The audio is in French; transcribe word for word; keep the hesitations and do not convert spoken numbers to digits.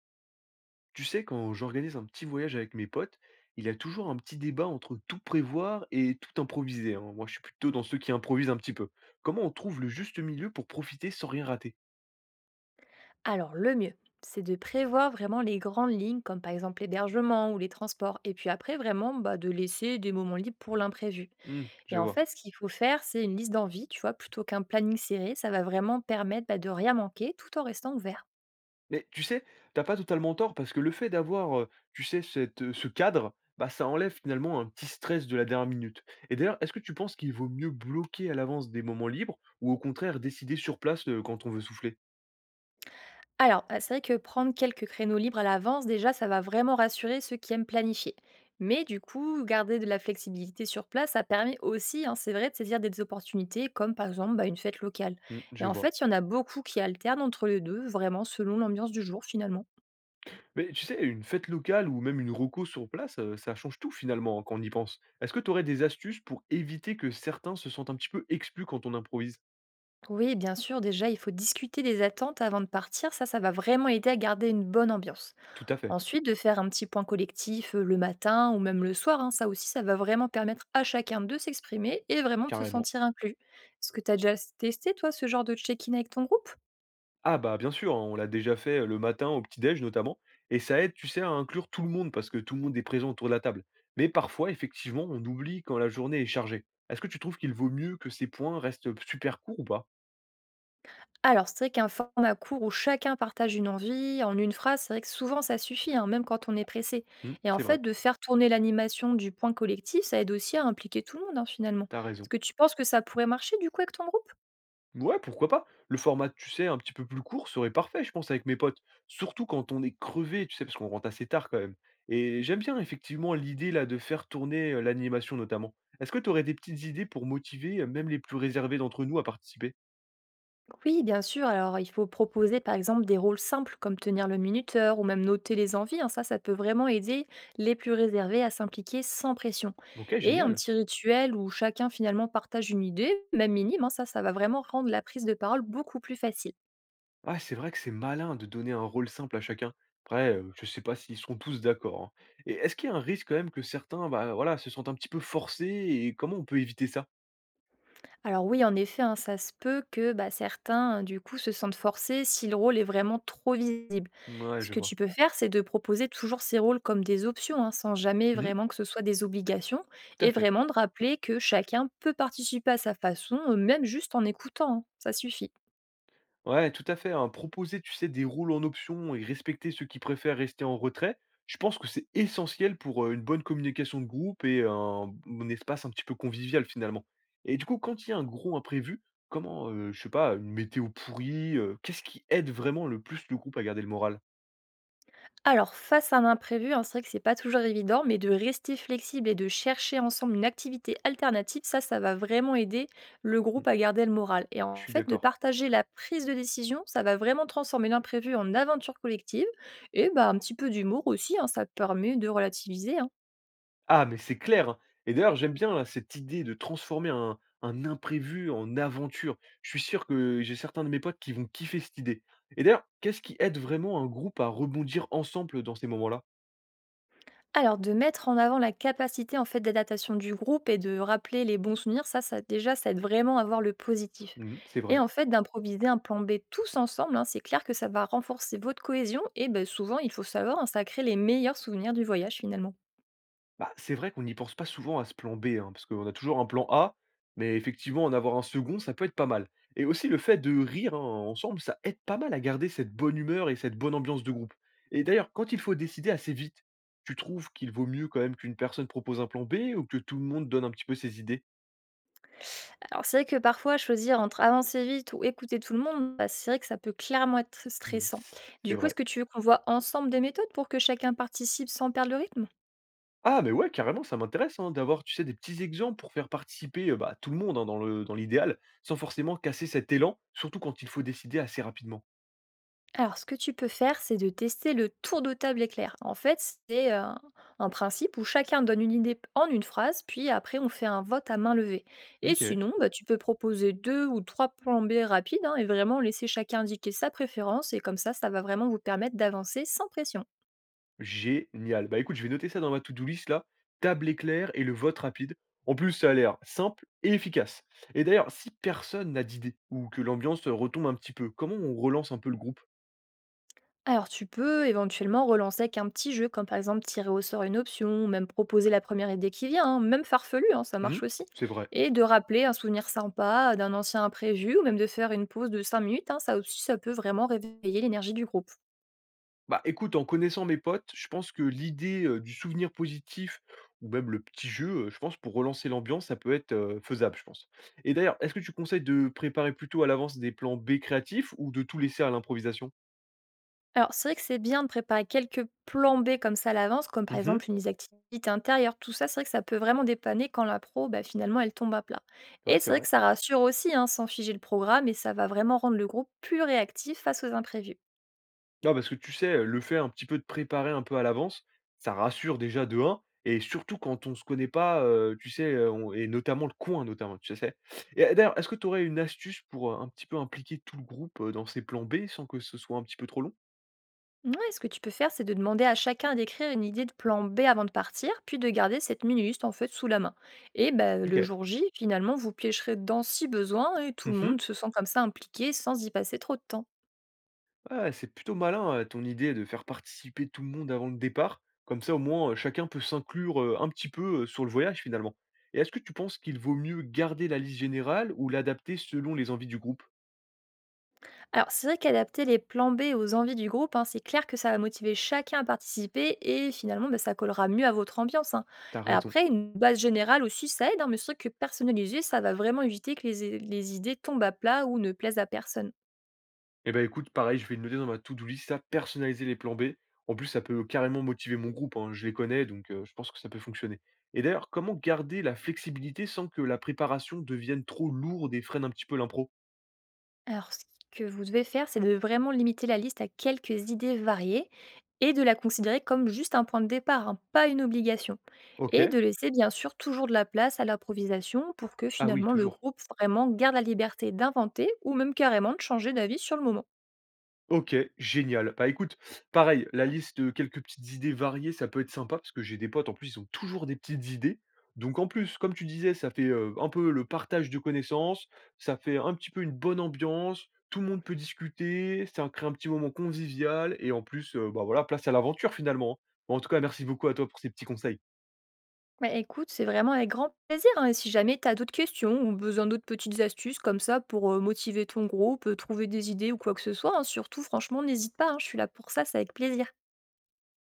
Tu sais, quand j'organise un petit voyage avec mes potes, il y a toujours un petit débat entre tout prévoir et tout improviser, hein. Moi, je suis plutôt dans ceux qui improvisent un petit peu. Comment on trouve le juste milieu pour profiter sans rien rater? Alors, le mieux, c'est de prévoir vraiment les grandes lignes, comme par exemple l'hébergement ou les transports, et puis après, vraiment, bah, de laisser des moments libres pour l'imprévu. Hmm, je Et en vois. fait, ce qu'il faut faire, c'est une liste d'envie, tu vois, plutôt qu'un planning serré. Ça va vraiment permettre bah, de rien manquer tout en restant ouvert. Mais tu sais, t'as pas totalement tort parce que le fait d'avoir, euh, tu sais, cette, euh, ce cadre, bah, ça enlève finalement un petit stress de la dernière minute. Et d'ailleurs, est-ce que tu penses qu'il vaut mieux bloquer à l'avance des moments libres ou au contraire décider sur place euh, quand on veut souffler? Alors, heu, c'est vrai que prendre quelques créneaux libres à l'avance, déjà, ça va vraiment rassurer ceux qui aiment planifier. Mais du coup, garder de la flexibilité sur place, ça permet aussi, hein, c'est vrai, de saisir des opportunités comme, par exemple, bah, une fête locale. Hmm, Et je en vois. fait, il y en a beaucoup qui alternent entre les deux, vraiment selon l'ambiance du jour, finalement. Mais tu sais, une fête locale ou même une reco sur place, heu, ça change tout finalement hein, quand on y pense. Est-ce que tu aurais des astuces pour éviter que certains se sentent un petit peu exclus quand on improvise? Oui, bien sûr, déjà, il faut discuter des attentes avant de partir, ça, ça va vraiment aider à garder une bonne ambiance. Tout à fait, Ensuite, de faire un petit point collectif euh, le matin ou même le soir, hein, ça aussi, ça va vraiment permettre à chacun de s'exprimer et vraiment de se carrément. sentir inclus. Est-ce que tu as déjà testé, toi, ce genre de check-in avec ton groupe? Ah bah, bien sûr, hein, on l'a déjà fait, heu, le matin au petit-déj notamment, et ça aide, tu sais, à inclure tout le monde parce que tout le monde est présent autour de la table. Mais parfois, effectivement, on oublie quand la journée est chargée. Est-ce que tu trouves qu'il vaut mieux que ces points restent super courts ou pas? Alors, c'est vrai qu'un format court où chacun partage une envie en une phrase, c'est vrai que souvent, ça suffit, hein, même quand on est pressé. Mmh, Et en c'est fait, vrai, de faire tourner l'animation du point collectif, ça aide aussi à impliquer tout le monde, hein, finalement. t'as Est-ce raison. que tu penses que ça pourrait marcher, du coup, avec ton groupe? Ouais, pourquoi pas? Le format, tu sais, un petit peu plus court serait parfait, je pense, avec mes potes. Surtout quand on est crevé, tu sais, parce qu'on rentre assez tard quand même. Et j'aime bien effectivement l'idée là de faire tourner euh, l'animation notamment. Est-ce que tu aurais des petites idées pour motiver euh, même les plus réservés d'entre nous à participer? Oui, bien sûr. Alors, il faut proposer par exemple des rôles simples comme tenir le minuteur ou même noter les envies, hein. Ça, ça peut vraiment aider les plus réservés à s'impliquer sans pression. Ok, Et un génial. petit rituel où chacun finalement partage une idée, même minime, hein, ça, ça va vraiment rendre la prise de parole beaucoup plus facile. Ah, c'est vrai que c'est malin de donner un rôle simple à chacun. Après, euh, je sais pas s'ils seront tous d'accord, hein. Et est-ce qu'il y a un risque quand même que certains, bah voilà, se sentent un petit peu forcés, et comment on peut éviter ça? Alors oui, en effet, hein, ça se peut que bah, certains, euh, du coup, se sentent forcés si le rôle est vraiment trop visible. Ouais, Ce je que tu vois. peux faire, c'est de proposer toujours ces rôles comme des options, hein, sans jamais Mhm, vraiment que ce soit des obligations, tout à et fait. vraiment de rappeler que chacun peut participer à sa façon, euh, même juste en écoutant, hein. Ça suffit. Ouais, tout à fait, hein. Proposer, tu sais, des rôles en option et respecter ceux qui préfèrent rester en retrait, je pense que c'est essentiel pour, heu, une bonne communication de groupe et un un espace un petit peu convivial, finalement. Et du coup, quand il y a un gros imprévu, comment, heu, je sais pas, une météo pourrie, heu, qu'est-ce qui aide vraiment le plus le groupe à garder le moral? Alors, face à un imprévu, hein, c'est vrai que c'est pas toujours évident, mais de rester flexible et de chercher ensemble une activité alternative, ça, ça va vraiment aider le Mmh, groupe à garder le moral. Et je en suis fait, de d'accord. partager la prise de décision, ça va vraiment transformer l'imprévu en aventure collective. Et bah, un petit peu d'humour aussi, hein, ça permet de relativiser, hein. Ah, mais c'est clair, hein. Et d'ailleurs, j'aime bien là, cette idée de transformer un, un imprévu en aventure. Je suis sûr que j'ai certains de mes potes qui vont kiffer cette idée. Et d'ailleurs, qu'est-ce qui aide vraiment un groupe à rebondir ensemble dans ces moments-là? Alors de mettre en avant la capacité en fait d'adaptation du groupe et de rappeler les bons souvenirs, ça, ça déjà, ça aide vraiment à voir le positif. Mhm, c'est Et vrai. en fait, d'improviser un plan B tous ensemble, hein, c'est clair que ça va renforcer votre cohésion et ben, souvent, il faut savoir, hein, ça crée les meilleurs souvenirs du voyage finalement. Bah, c'est vrai qu'on n'y pense pas souvent à ce plan B, hein, parce qu'on a toujours un plan A, mais effectivement, en avoir un second, ça peut être pas mal. Et aussi, le fait de rire hein, ensemble, ça aide pas mal à garder cette bonne humeur et cette bonne ambiance de groupe. Et d'ailleurs, quand il faut décider assez vite, tu trouves qu'il vaut mieux quand même qu'une personne propose un plan B ou que tout le monde donne un petit peu ses idées? Alors c'est vrai que parfois choisir entre avancer vite ou écouter tout le monde, bah, c'est vrai que ça peut clairement être Hmm, stressant. c- Du c'est coup, est-ce vrai. que tu veux qu'on voit ensemble des méthodes pour que chacun participe sans perdre le rythme? Ah, mais ouais, carrément, ça m'intéresse hein, d'avoir, tu sais, des petits exemples pour faire participer euh, bah, tout le monde hein, dans le- dans l'idéal, sans forcément casser cet élan, surtout quand il faut décider assez rapidement. Alors, ce que tu peux faire, c'est de tester le tour de table éclair. En fait, c'est euh, un principe où chacun donne une idée en une phrase, puis après, on fait un vote à main levée. Et Ok. sinon, bah, tu peux proposer deux ou trois plans B rapides hein, et vraiment laisser chacun indiquer sa préférence. Et comme ça, ça va vraiment vous permettre d'avancer sans pression. Génial. Bah, écoute, je vais noter ça dans ma to-do list là. Table éclair et le vote rapide. En plus, ça a l'air simple et efficace. Et d'ailleurs, si personne n'a d'idée ou que l'ambiance retombe un petit peu, comment on relance un peu le groupe? Alors tu peux éventuellement relancer avec un petit jeu, comme par exemple tirer au sort une option, ou même proposer la première idée qui vient, hein, même farfelu, hein, ça marche Hmm, aussi. c'est vrai. Et de rappeler un souvenir sympa d'un ancien imprévu, ou même de faire une pause de cinq minutes, hein, ça aussi ça peut vraiment réveiller l'énergie du groupe. Bah écoute, en connaissant mes potes, je pense que l'idée euh, du souvenir positif ou même le petit jeu, euh, je pense, pour relancer l'ambiance, ça peut être euh, faisable, je pense. Et d'ailleurs, est-ce que tu conseilles de préparer plutôt à l'avance des plans B créatifs ou de tout laisser à l'improvisation? Alors c'est vrai que c'est bien de préparer quelques plans B comme ça à l'avance, comme par Mhm, exemple une activité intérieure, tout ça, c'est vrai que ça peut vraiment dépanner quand la pro, bah, finalement, elle tombe à plat. ouais, Et c'est c'est vrai que vrai. ça rassure aussi, hein, sans figer le programme, et ça va vraiment rendre le groupe plus réactif face aux imprévus. Non, parce que tu sais, le fait un petit peu de préparer un peu à l'avance, ça rassure déjà de un, et surtout quand on se connaît pas, heu, tu sais, heu, on et notamment le coin notamment, tu sais? Et et d'ailleurs, est-ce que tu aurais une astuce pour, heu, un petit peu impliquer tout le groupe, heu, dans ces plans B sans que ce soit un petit peu trop long? Ouais, ce que tu peux faire, c'est de demander à chacun d'écrire une idée de plan B avant de partir, puis de garder cette mini-liste en fait sous la main. Et ben, le OK. jour J, finalement, vous piocherez dedans si besoin et tout Mmh le mh. monde se sent comme ça impliqué sans y passer trop de temps. Ah, c'est plutôt malin, heu, ton idée de faire participer tout le monde avant le départ. Comme ça, au moins, heu, chacun peut s'inclure, heu, un petit peu, heu, sur le voyage finalement. Et est-ce que tu penses qu'il vaut mieux garder la liste générale ou l'adapter selon les envies du groupe? Alors, c'est vrai qu'adapter les plans B aux envies du groupe, hein, c'est clair que ça va motiver chacun à participer et finalement, ben, ça collera mieux à votre ambiance, hein. T'as Alors raison. après, une base générale aussi, ça aide, hein, mais c'est vrai que personnaliser, ça va vraiment éviter que les les idées tombent à plat ou ne plaisent à personne. Eh ben écoute, pareil, je vais le noter dans ma to-do list, ça, personnaliser les plans B. En plus, ça peut euh, carrément motiver mon groupe, hein, je les connais, donc heu, je pense que ça peut fonctionner. Et d'ailleurs, comment garder la flexibilité sans que la préparation devienne trop lourde et freine un petit peu l'impro? Alors, ce que vous devez faire, c'est de vraiment limiter la liste à quelques idées variées et de la considérer comme juste un point de départ, hein, pas une obligation. Et OK. de laisser bien sûr toujours de la place à l'improvisation pour que Ah oui, finalement le toujours. groupe vraiment garde la liberté d'inventer ou même carrément de changer d'avis sur le moment. OK, génial. Bah, écoute, pareil, la liste, heu, quelques petites idées variées, ça peut être sympa parce que j'ai des potes, en plus, ils ont toujours des petites idées. Donc en plus, comme tu disais, ça fait, heu, un peu le partage de connaissances, ça fait un petit peu une bonne ambiance, tout le monde peut discuter, ça crée un petit moment convivial, et en plus, heu, bah, voilà, place à l'aventure finalement, hein. Bon, en tout cas, merci beaucoup à toi pour ces petits conseils. Bah, écoute, c'est vraiment avec grand plaisir, hein, et si jamais tu as d'autres questions ou besoin d'autres petites astuces comme ça pour euh, motiver ton groupe, euh, trouver des idées ou quoi que ce soit, hein, surtout franchement, n'hésite pas, hein, je suis là pour ça, c'est avec plaisir.